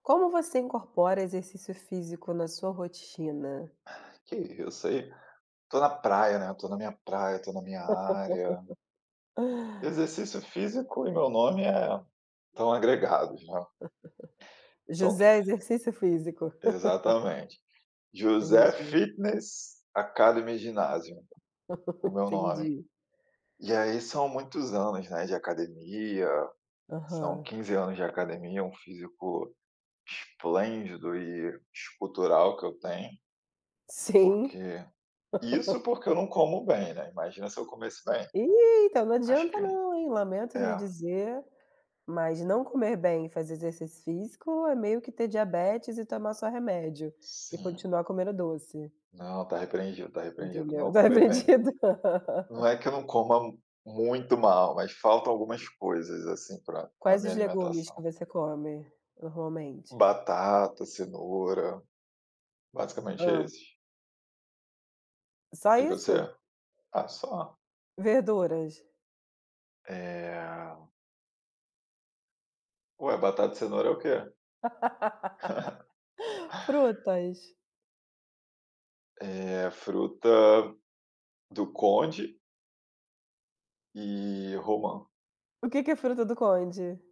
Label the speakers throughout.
Speaker 1: Como você incorpora exercício físico na sua rotina?
Speaker 2: Que isso aí. Tô na praia, né, tô na minha praia, tô na minha área. Exercício físico e meu nome é tão agregados, né. São
Speaker 1: José, exercício físico.
Speaker 2: exatamente. José
Speaker 1: Entendi,
Speaker 2: Fitness Academy Ginásio, o meu nome.
Speaker 1: entendi.
Speaker 2: E aí são muitos anos, né, de academia, são
Speaker 1: Aham.
Speaker 2: 15 anos de academia, um físico esplêndido e escultural que eu tenho,
Speaker 1: Sim.
Speaker 2: porque isso porque eu não como bem, né, imagina se eu comesse bem.
Speaker 1: Ih, então não
Speaker 2: Acho
Speaker 1: adianta
Speaker 2: que
Speaker 1: não, hein, lamento lhe
Speaker 2: é,
Speaker 1: dizer, mas não comer bem e fazer exercício físico é meio que ter diabetes e tomar só remédio, e
Speaker 2: sim.
Speaker 1: continuar comendo doce,
Speaker 2: Não, tá repreendido, tá repreendido. Não
Speaker 1: entendeu. Tá
Speaker 2: comer bem.
Speaker 1: aprendido.
Speaker 2: Não é que eu não coma muito mal, mas faltam algumas coisas, assim, pra na
Speaker 1: Quais
Speaker 2: minha
Speaker 1: os legumes
Speaker 2: alimentação.
Speaker 1: que você come normalmente?
Speaker 2: Batata, cenoura, basicamente
Speaker 1: Hã.
Speaker 2: esses.
Speaker 1: Só
Speaker 2: E
Speaker 1: isso?
Speaker 2: você? Ah, só.
Speaker 1: Verduras?
Speaker 2: Eh, ué, batata e cenoura é o quê?
Speaker 1: Frutas?
Speaker 2: É fruta do conde e romã.
Speaker 1: O que que é fruta do conde?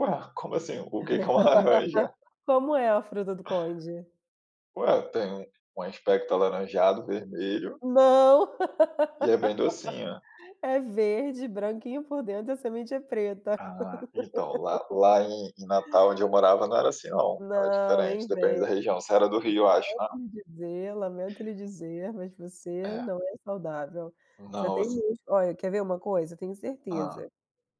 Speaker 2: Ué, como assim? O que que é uma laranja?
Speaker 1: Como é a fruta do conde?
Speaker 2: Ué, tem um aspecto alaranjado, vermelho
Speaker 1: Não,
Speaker 2: e é bem docinha.
Speaker 1: é verde, branquinho por dentro a semente é preta.
Speaker 2: Ah, então, lá em Natal, onde eu morava, não era assim não, era
Speaker 1: Não,
Speaker 2: diferente,
Speaker 1: nem
Speaker 2: depende da
Speaker 1: vem
Speaker 2: região. Você era do Rio, eu acho, né?
Speaker 1: dizer, lamento lhe dizer, mas você
Speaker 2: É.
Speaker 1: não é saudável. Você
Speaker 2: Não,
Speaker 1: tem
Speaker 2: você,
Speaker 1: músculo, olha, quer ver uma coisa? Eu tenho
Speaker 2: hã,
Speaker 1: certeza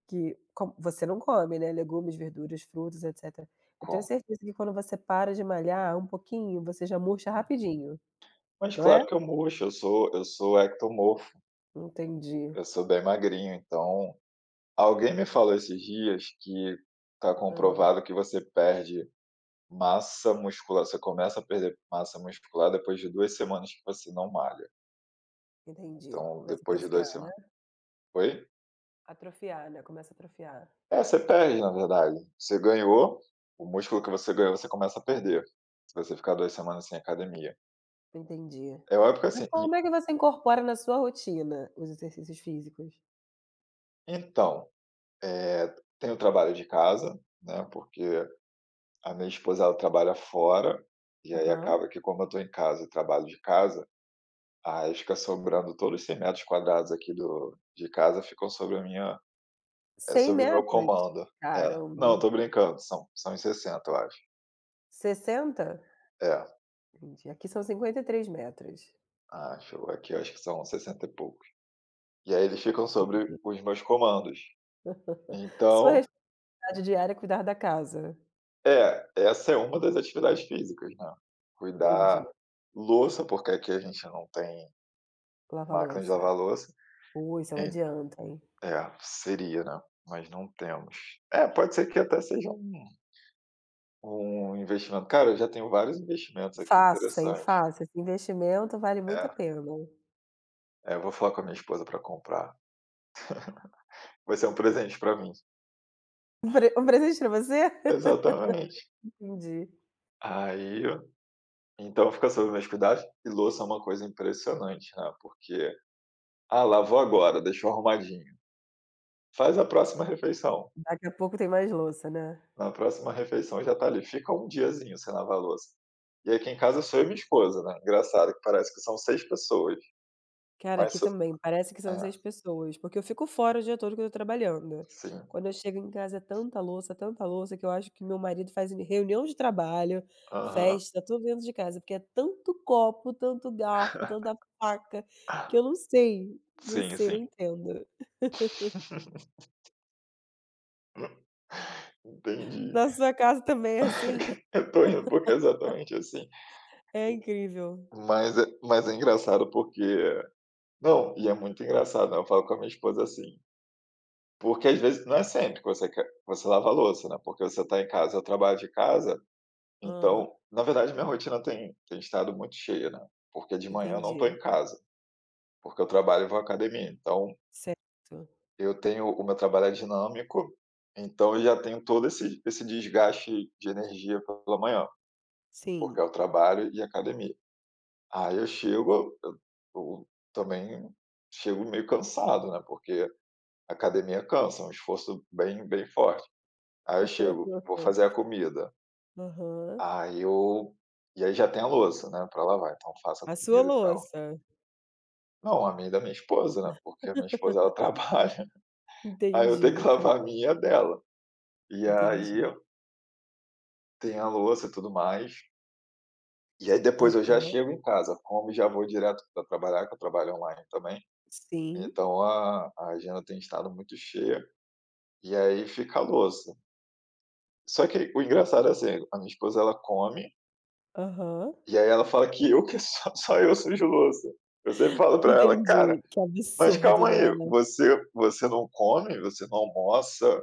Speaker 1: que co você não come, né, legumes, verduras, frutas, etcétera. Eu tenho
Speaker 2: como?
Speaker 1: certeza que quando você para de malhar um pouquinho, você já murcha
Speaker 2: Hum.
Speaker 1: rapidinho,
Speaker 2: Mas
Speaker 1: não é?
Speaker 2: claro que eu murcho, eu sou ectomorfo,
Speaker 1: Entendi.
Speaker 2: eu sou bem magrinho, então alguém me falou esses dias que tá
Speaker 1: Hã,
Speaker 2: comprovado que você começa a perder massa muscular depois de 2 semanas que você não malha,
Speaker 1: entendi.
Speaker 2: então
Speaker 1: Vai se
Speaker 2: depois de
Speaker 1: atrofiar,
Speaker 2: duas
Speaker 1: né?
Speaker 2: semanas oi?
Speaker 1: Atrofiar, né, começa a atrofiar.
Speaker 2: É, você perde, na verdade. O músculo que você ganhou, você começa a perder, se você ficar 2 semanas sem academia.
Speaker 1: Entendi.
Speaker 2: É óbvio que
Speaker 1: Mas
Speaker 2: assim e
Speaker 1: como é que você incorpora na sua rotina os exercícios físicos?
Speaker 2: então, eh, tem o trabalho de casa, né, porque a minha esposa, ela trabalha fora, e aí
Speaker 1: Aham.
Speaker 2: acaba que como eu estou em casa e trabalho de casa, aí fica sobrando todos os 100 metros quadrados aqui do de casa ficam
Speaker 1: 100
Speaker 2: sobre o meu
Speaker 1: metros?
Speaker 2: comando. É.
Speaker 1: Caramba,
Speaker 2: Não, eu
Speaker 1: hein.
Speaker 2: tô brincando, são uns 60 eu acho.
Speaker 1: 60?
Speaker 2: É,
Speaker 1: Entendi. Aqui são 53 metros.
Speaker 2: acho, aqui eu acho que são 60 e pouco. E aí eles ficam sobre
Speaker 1: Entendi.
Speaker 2: os meus comandos.
Speaker 1: Sua
Speaker 2: Então,
Speaker 1: responsabilidade diária é cuidar da casa.
Speaker 2: é, essa é uma das atividades físicas, né.
Speaker 1: Entendi.
Speaker 2: Cuidar louça, porque aqui a gente não tem
Speaker 1: Lavar
Speaker 2: máquina de
Speaker 1: louça.
Speaker 2: lavar louça.
Speaker 1: Ui, isso é um
Speaker 2: En
Speaker 1: adianto, hein.
Speaker 2: é, seria, né, mas não temos. É, pode ser que até seja um investimento. Cara, eu já tenho vários investimentos aqui
Speaker 1: Faça, hein,
Speaker 2: interessantes.
Speaker 1: faça. Esse investimento vale muito a
Speaker 2: É,
Speaker 1: pena.
Speaker 2: é, eu vou falar com a minha esposa para comprar. Vai ser um presente para mim.
Speaker 1: Um pre um presente pra você?
Speaker 2: Exatamente.
Speaker 1: Entendi.
Speaker 2: Aí, então fica sob meus cuidados. E louça é uma coisa impressionante, né, porque ah, lavou agora, deixou arrumadinho. Faz a próxima refeição.
Speaker 1: Daqui a pouco tem mais louça, né.
Speaker 2: Na próxima refeição já tá ali. Fica um diazinho sem lavar a louça. E aqui em casa sou eu e minha esposa, né. Engraçado que parece que são 6 pessoas,
Speaker 1: Cara,
Speaker 2: mas
Speaker 1: aqui
Speaker 2: so
Speaker 1: também, parece que são
Speaker 2: é,
Speaker 1: 6 pessoas, porque eu fico fora o dia todo que eu tô trabalhando.
Speaker 2: sim.
Speaker 1: Quando eu chego em casa é tanta louça, que eu acho que meu marido faz reunião de trabalho,
Speaker 2: Aham.
Speaker 1: festa, tudo dentro de casa, porque é tanto copo, tanto garfo, tanta faca, que eu não sei, não
Speaker 2: Sim,
Speaker 1: sei,
Speaker 2: sim.
Speaker 1: não entendo.
Speaker 2: Entendi.
Speaker 1: Na sua casa também é assim?
Speaker 2: Eu tô indo porque é exatamente assim.
Speaker 1: É incrível.
Speaker 2: Mas é engraçado porque não, e é muito engraçado, né, eu falo com a minha esposa assim, porque às vezes não é sempre que você quer você lava a louça, né, porque você tá em casa, eu trabalho de casa.
Speaker 1: Ah,
Speaker 2: Então, na verdade minha rotina tem estado muito cheia, né, porque de manhã eu não estou
Speaker 1: entendi.
Speaker 2: em casa, porque eu trabalho e vou à academia, então
Speaker 1: Certo.
Speaker 2: eu tenho o meu trabalho é dinâmico, então eu já tenho todo esse desgaste de energia pela manhã, porque
Speaker 1: Sim.
Speaker 2: é o trabalho e academia. Aí eu chego, eu também chego meio cansado, né, porque a academia cansa, é um esforço bem forte. Aí eu chego, vou fazer a comida,
Speaker 1: Aham.
Speaker 2: aí eu e aí já tem a louça, né, para lavar, então eu faço a
Speaker 1: A sua
Speaker 2: comida e tal.
Speaker 1: louça.
Speaker 2: Não, a minha e da minha esposa, né, porque a minha esposa ela trabalha, aí eu tenho que
Speaker 1: Entendi,
Speaker 2: lavar a minha e a dela. E aí
Speaker 1: entendi.
Speaker 2: tem a louça e tudo mais, e aí depois eu já
Speaker 1: Aham,
Speaker 2: chego em casa, como já vou direto para trabalhar, que eu trabalho online também,
Speaker 1: sim,
Speaker 2: então a agenda tem estado muito cheia, e aí fica a louça. Só que o engraçado é assim, a minha esposa ela come,
Speaker 1: aham.
Speaker 2: e aí ela fala que só eu sujo louça. Eu sempre falo para ela: "Cara,
Speaker 1: Entendi, que
Speaker 2: mas
Speaker 1: absurdo,
Speaker 2: calma aí,
Speaker 1: né.
Speaker 2: você não come, você não almoça,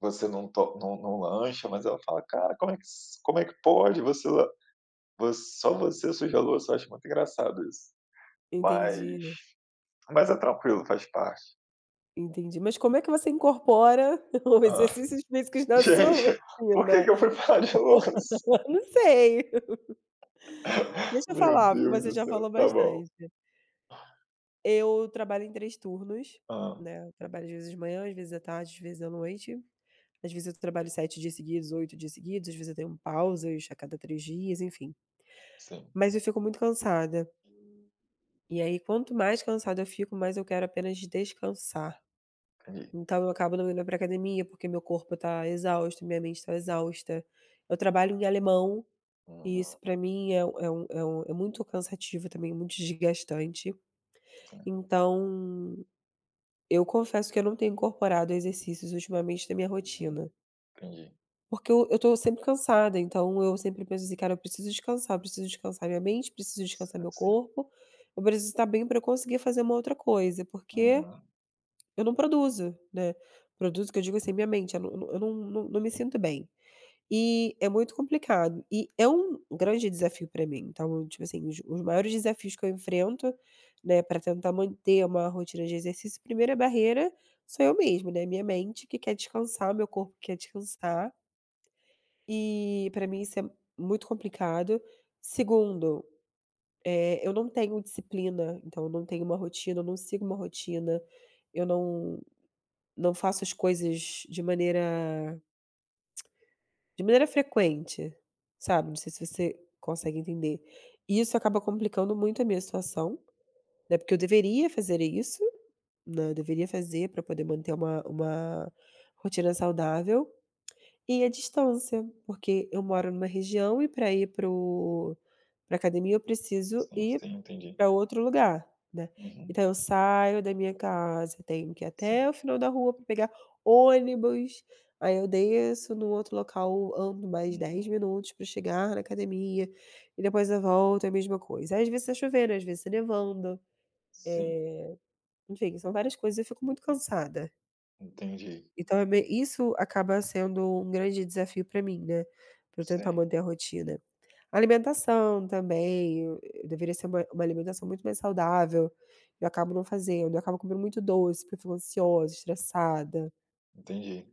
Speaker 2: Você não to não não lancha", mas ela fala: "Cara, como é que pode? Você la voc Só você suja a louça", eu acho muito engraçado isso. Mas
Speaker 1: Entendi,
Speaker 2: mas é tranquilo, faz parte.
Speaker 1: entendi. Mas como é que você incorpora os
Speaker 2: Hã.
Speaker 1: exercícios físicos na sua
Speaker 2: Gente, por que
Speaker 1: rotina?
Speaker 2: que eu fui falar de louça?
Speaker 1: Não sei, deixa eu
Speaker 2: Meu
Speaker 1: falar, porque
Speaker 2: Deus
Speaker 1: você
Speaker 2: do
Speaker 1: já
Speaker 2: céu,
Speaker 1: falou
Speaker 2: tá bom.
Speaker 1: bastante. Eu trabalho em três turnos,
Speaker 2: Hã,
Speaker 1: né, eu trabalho às vezes de manhã, às vezes à tarde, às vezes à noite. Às vezes eu trabalho 7 dias seguidos, 8 dias seguidos, às vezes eu tenho pausas a cada 3 dias, enfim.
Speaker 2: sim.
Speaker 1: Mas eu fico muito cansada. E aí, quanto mais cansada eu fico, mais eu quero apenas descansar.
Speaker 2: Entendi.
Speaker 1: Então, eu acabo não indo para academia, porque meu corpo está exausto, minha mente está exausta. Eu trabalho em alemão, e isso
Speaker 2: Uhum,
Speaker 1: para mim é muito cansativo também, muito desgastante.
Speaker 2: sim,
Speaker 1: Então, eu confesso que eu não tenho incorporado exercícios ultimamente na minha
Speaker 2: uhum,
Speaker 1: rotina.
Speaker 2: entendi.
Speaker 1: Porque eu tô sempre cansada, então eu sempre penso assim, cara, eu preciso descansar minha mente, preciso descansar
Speaker 2: Sim,
Speaker 1: meu
Speaker 2: sim.
Speaker 1: corpo, eu preciso estar bem para eu conseguir fazer uma outra coisa, porque
Speaker 2: Uhum.
Speaker 1: eu não produzo, né. Produzo que eu digo assim, minha mente, eu não me sinto bem. E é muito complicado. E é um grande desafio para mim. Então, tipo assim, os maiores desafios que eu enfrento, né, para tentar manter uma rotina de exercício, primeira barreira sou eu mesmo, né, minha mente que quer descansar, meu corpo que quer descansar, e para mim isso é muito complicado. Segundo, eu não tenho disciplina, então eu não tenho uma rotina, eu não sigo uma rotina, eu não faço as coisas de maneira frequente, sabe, não sei se você consegue entender. E isso acaba complicando muito a minha situação, né, porque eu deveria fazer isso, né, eu deveria fazer para poder manter uma rotina saudável, e a distância, porque eu moro numa região e para ir para academia eu preciso
Speaker 2: Sim,
Speaker 1: ir
Speaker 2: sim, entendi.
Speaker 1: para outro lugar, né.
Speaker 2: Uhum,
Speaker 1: Então eu saio da minha casa, tenho que ir
Speaker 2: sim.
Speaker 1: até o final da rua para pegar ônibus, aí eu desço num outro local, ando mais 10
Speaker 2: Uhum,
Speaker 1: minutos para chegar na academia, e depois eu volto, é a mesma coisa. Às vezes tá chovendo, às vezes tá nevando,
Speaker 2: sim,
Speaker 1: eh, enfim, são várias coisas, eu fico muito cansada.
Speaker 2: entendi.
Speaker 1: Então é bem isso, acaba sendo um grande desafio para mim, né, para eu tentar
Speaker 2: Sim,
Speaker 1: manter a rotina. Alimentação também, eu deveria ser uma alimentação muito mais saudável, eu acabo não fazendo, eu acabo comendo muito doce, porque eu fico ansiosa, estressada.
Speaker 2: entendi.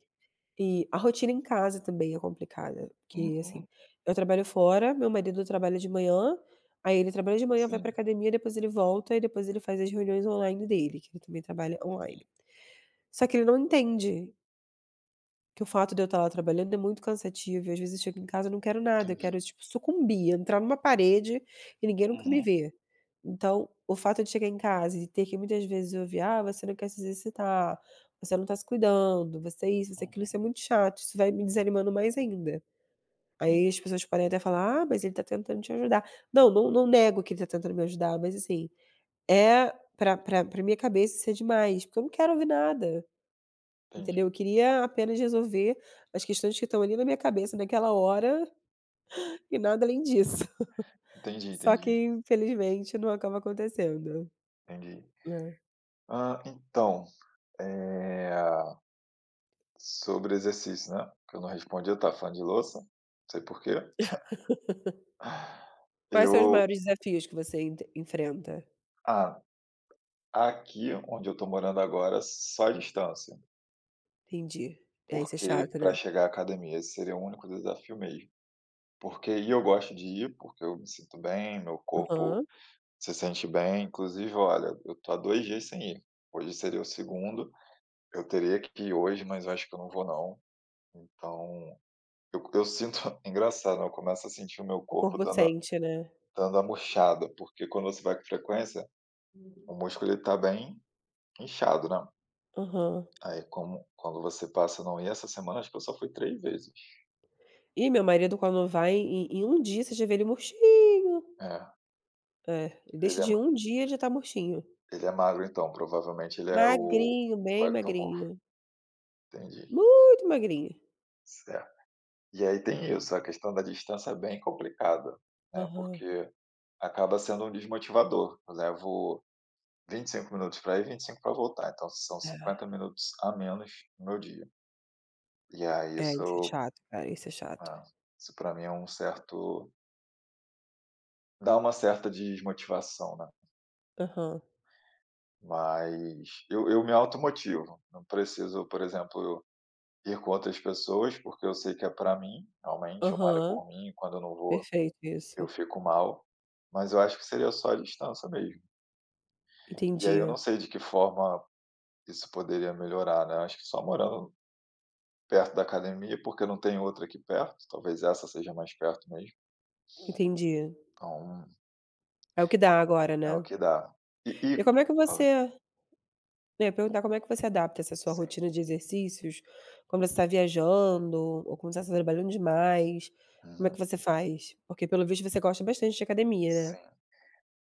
Speaker 1: E a rotina em casa também é complicada, porque, assim,
Speaker 2: Uhum,
Speaker 1: eu trabalho fora, meu marido trabalha de manhã, aí ele trabalha de manhã, vai
Speaker 2: sim,
Speaker 1: pra academia, depois ele volta e depois ele faz as reuniões online dele, que ele também trabalha
Speaker 2: sim.
Speaker 1: online. Só que ele não entende que o fato de eu estar lá trabalhando é muito cansativo e às vezes eu chego em casa e não quero nada, eu
Speaker 2: Entendi.
Speaker 1: quero, tipo, sucumbir, entrar numa parede e ninguém nunca me
Speaker 2: Uhum,
Speaker 1: vê. Então, o fato de chegar em casa e ter que muitas vezes ouvir: "Ah, você não quer se exercitar, você não está se cuidando, você é isso, você é aquilo",
Speaker 2: uhum.
Speaker 1: isso é muito chato, isso vai me desanimando mais ainda. Aí
Speaker 2: Entendi,
Speaker 1: as pessoas podem até falar: "Ah, mas ele está tentando te ajudar". Não, não nego que ele está tentando me ajudar, mas assim, é pra minha cabeça isso é demais, porque eu não quero ouvir nada. Entendeu?
Speaker 2: entendi.
Speaker 1: Eu queria apenas resolver as questões que estão ali na minha cabeça naquela hora e nada além disso.
Speaker 2: Entendi,
Speaker 1: Só
Speaker 2: entendi,
Speaker 1: que infelizmente não acaba acontecendo,
Speaker 2: entendi.
Speaker 1: né.
Speaker 2: Ah, então, eh, sobre exercício, né, que eu não respondi, eu estava falando de louça, não sei por quê.
Speaker 1: Quais são os
Speaker 2: Eu
Speaker 1: maiores desafios que você ent enfrenta?
Speaker 2: ah, aqui onde eu tô morando agora, só a distância,
Speaker 1: Entendi. É esse
Speaker 2: porque para
Speaker 1: chakra.
Speaker 2: chegar à academia esse seria o único desafio mesmo. Porque e eu gosto de ir, porque eu me sinto bem, meu corpo
Speaker 1: Aham.
Speaker 2: se sente bem, inclusive, olha, eu tô há 2 dias sem ir, hoje seria o segundo. Eu teria que ir hoje, mas eu acho que eu não vou não. Então, eu sinto engraçado, né, eu começo a sentir o meu
Speaker 1: O
Speaker 2: corpo
Speaker 1: corpo
Speaker 2: dando a
Speaker 1: sente, né.
Speaker 2: dando a murchada, porque quando você vai com frequência, o músculo ele tá bem inchado, né.
Speaker 1: Aham.
Speaker 2: Aí como quando você passa a não ir, essa semana acho que eu só fui três vezes.
Speaker 1: Ih, meu marido quando vai em 1 dia você já vê ele murchinho.
Speaker 2: É,
Speaker 1: É, ele
Speaker 2: ele
Speaker 1: deixa
Speaker 2: é
Speaker 1: de um dia já tá murchinho.
Speaker 2: ele é magro então, provavelmente ele é o
Speaker 1: Magrinho,
Speaker 2: o
Speaker 1: bem
Speaker 2: ectomorfo,
Speaker 1: magrinho.
Speaker 2: entendi,
Speaker 1: Muito magrinho.
Speaker 2: certo. E aí tem isso, a questão da distância é bem complicada, né,
Speaker 1: Aham.
Speaker 2: porque acaba sendo um desmotivador. Eu levo 25 minutos para ir, 25 para voltar, então são cinquenta
Speaker 1: É.
Speaker 2: minutos a menos no meu dia. E aí
Speaker 1: É, isso é chato, cara, isso é chato.
Speaker 2: ah, isso pra mim é um certo dá uma certa desmotivação, né,
Speaker 1: Aham,
Speaker 2: mas eu me automotivo, não preciso, por exemplo, eu ir com outras pessoas, porque eu sei que é para mim, realmente, eu malho
Speaker 1: aham,
Speaker 2: por mim. E quando eu não vou,
Speaker 1: perfeito
Speaker 2: eu
Speaker 1: isso.
Speaker 2: fico mal, mas eu acho que seria só a distância mesmo. E aí eu
Speaker 1: Entendi,
Speaker 2: não sei de que forma isso poderia melhorar, né, acho que só morando perto da academia, porque não tem outra aqui perto, talvez essa seja mais perto mesmo,
Speaker 1: entendi.
Speaker 2: então
Speaker 1: É o que dá agora,
Speaker 2: é o
Speaker 1: né.
Speaker 2: que dá. E
Speaker 1: E
Speaker 2: e
Speaker 1: como é que
Speaker 2: falei.
Speaker 1: você, né, perguntar como é que você adapta essa sua
Speaker 2: Sim.
Speaker 1: rotina de exercícios quando você está viajando ou quando você está trabalhando demais, como é
Speaker 2: Uhum.
Speaker 1: que você faz? Porque pelo visto você gosta bastante de academia, né?
Speaker 2: Sim.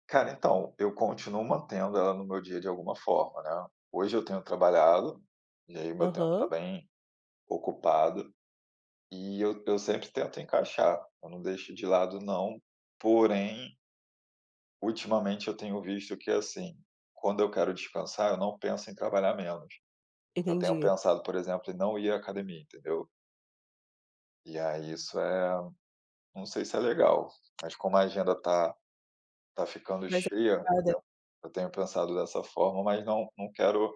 Speaker 2: Cara, então, eu continuo mantendo ela no meu dia de alguma forma, né. Hoje eu tenho trabalhado, e aí meu tempo está
Speaker 1: Aham,
Speaker 2: bem ocupado, e eu sempre tento encaixar, eu não deixo de lado não, porém, ultimamente eu tenho visto que, assim, quando eu quero descansar, eu não penso em trabalhar menos. Eu tenho
Speaker 1: entendi.
Speaker 2: pensado, por exemplo, em não ir à academia, entendeu? E aí não sei se é legal, mas como a agenda tá ficando
Speaker 1: Mas é
Speaker 2: cheia, eu tenho eu tenho pensado dessa forma, mas não quero,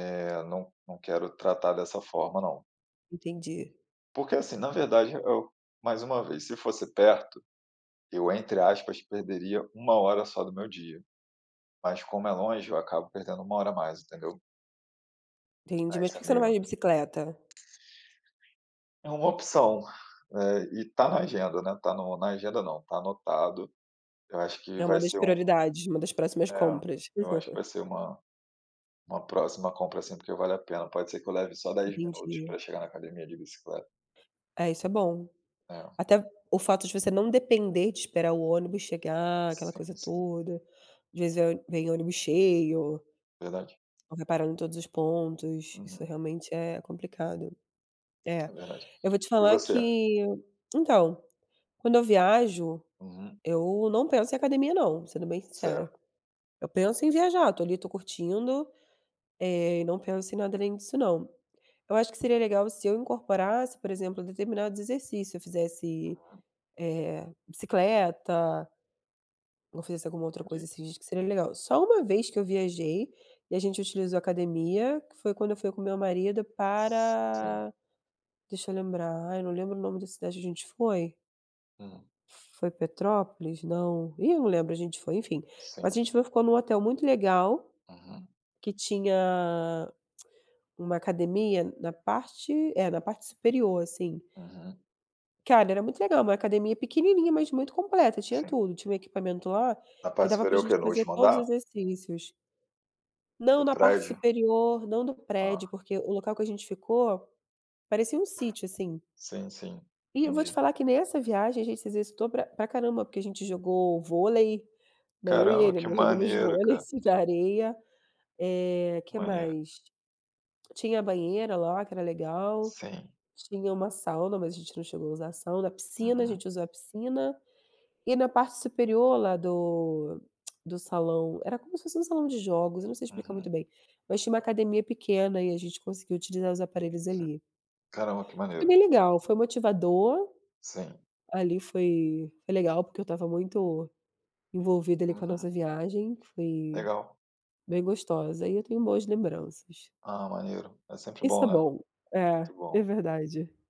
Speaker 2: não quero tratar dessa forma não.
Speaker 1: entendi,
Speaker 2: Porque assim, na verdade eu mais uma vez, se fosse perto, eu, entre aspas, perderia uma hora só do meu dia, mas como é longe, eu acabo perdendo uma hora a mais, entendeu?
Speaker 1: entendi.
Speaker 2: Aí
Speaker 1: Mas
Speaker 2: isso
Speaker 1: por
Speaker 2: é
Speaker 1: que você não vai
Speaker 2: meio
Speaker 1: de bicicleta?
Speaker 2: é uma opção, e tá na agenda, né, tá na agenda não, tá anotado. Eu acho que
Speaker 1: É uma
Speaker 2: vai
Speaker 1: das
Speaker 2: ser um
Speaker 1: prioridades, uma das próximas
Speaker 2: é,
Speaker 1: compras.
Speaker 2: eu acho que vai ser uma próxima compra, assim, porque vale a pena. Pode ser que eu leve só 10 minutos
Speaker 1: Entendi.
Speaker 2: para chegar na academia de bicicleta.
Speaker 1: É, isso é bom.
Speaker 2: É,
Speaker 1: Até o fato de você não depender de esperar o ônibus chegar, aquela
Speaker 2: sim,
Speaker 1: coisa
Speaker 2: sim,
Speaker 1: toda. Às vezes vem ônibus cheio,
Speaker 2: verdade.
Speaker 1: não vai parando em todos os pontos, isso
Speaker 2: Uhum,
Speaker 1: realmente é complicado. É.
Speaker 2: é verdade.
Speaker 1: Eu vou te
Speaker 2: E
Speaker 1: falar
Speaker 2: você?
Speaker 1: que então, quando eu viajo,
Speaker 2: Uhum,
Speaker 1: eu não penso em academia não, sendo bem sincera.
Speaker 2: certo,
Speaker 1: Eu penso em viajar, tô ali, tô curtindo, e não penso em nada além disso não. Eu acho que seria legal se eu incorporasse, por exemplo, determinados exercícios, eu fizesse, bicicleta, ou fizesse alguma outra coisa
Speaker 2: entendi.
Speaker 1: assim que seria legal. Só uma vez que eu viajei e a gente utilizou a academia, que foi quando eu fui com meu marido
Speaker 2: Sim,
Speaker 1: para deixa eu lembrar, ai, não lembro o nome da cidade que a gente foi.
Speaker 2: hum,
Speaker 1: Foi Petrópolis? Não. Ih, eu não lembro, a gente foi, enfim. Mas
Speaker 2: sim,
Speaker 1: a gente foi ficou num hotel muito legal,
Speaker 2: uhum,
Speaker 1: que tinha uma academia na parte superior, assim.
Speaker 2: uhum,
Speaker 1: Cara, era muito legal, uma academia pequenininha, mas muito completa, tinha
Speaker 2: sim.
Speaker 1: tudo. Tinha um equipamento lá
Speaker 2: Na
Speaker 1: que
Speaker 2: parte
Speaker 1: dava pra
Speaker 2: superior o quê?
Speaker 1: gente
Speaker 2: No
Speaker 1: fazer
Speaker 2: último
Speaker 1: todos
Speaker 2: andar
Speaker 1: os exercícios.
Speaker 2: do
Speaker 1: Não, na parte
Speaker 2: prédio?
Speaker 1: superior, não do prédio,
Speaker 2: Ah,
Speaker 1: porque o local que a gente ficou parecia um sítio, assim.
Speaker 2: sim, sim,
Speaker 1: E eu vou te
Speaker 2: entendi.
Speaker 1: falar que nessa viagem a gente se exercitou pra caramba, porque a gente jogou vôlei, né, eu e
Speaker 2: Caramba,
Speaker 1: ele,
Speaker 2: que
Speaker 1: nós jogamos
Speaker 2: maneiro,
Speaker 1: vôlei,
Speaker 2: cara,
Speaker 1: assim, na areia. Que
Speaker 2: maneiro.
Speaker 1: mais? Tinha a banheira lá, que era legal,
Speaker 2: Sim,
Speaker 1: tinha uma sauna, mas a gente não chegou a usar a sauna, a piscina, a
Speaker 2: uhum,
Speaker 1: gente usou a piscina. E na parte superior lá do salão era como se fosse um salão de jogos, eu não sei explicar
Speaker 2: uhum.
Speaker 1: muito bem, mas tinha uma academia pequena e a gente conseguiu utilizar os aparelhos ali.
Speaker 2: Caramba, que
Speaker 1: Foi
Speaker 2: maneiro.
Speaker 1: bem legal, foi motivador,
Speaker 2: Sim,
Speaker 1: ali foi legal, porque eu estava muito envolvida ali com a
Speaker 2: uhum,
Speaker 1: nossa viagem, foi
Speaker 2: legal.
Speaker 1: bem gostosa e eu tenho boas lembranças.
Speaker 2: Ah, maneiro. É sempre
Speaker 1: Isso é
Speaker 2: bom, né?
Speaker 1: bom. É,
Speaker 2: Muito
Speaker 1: é
Speaker 2: bom.
Speaker 1: verdade.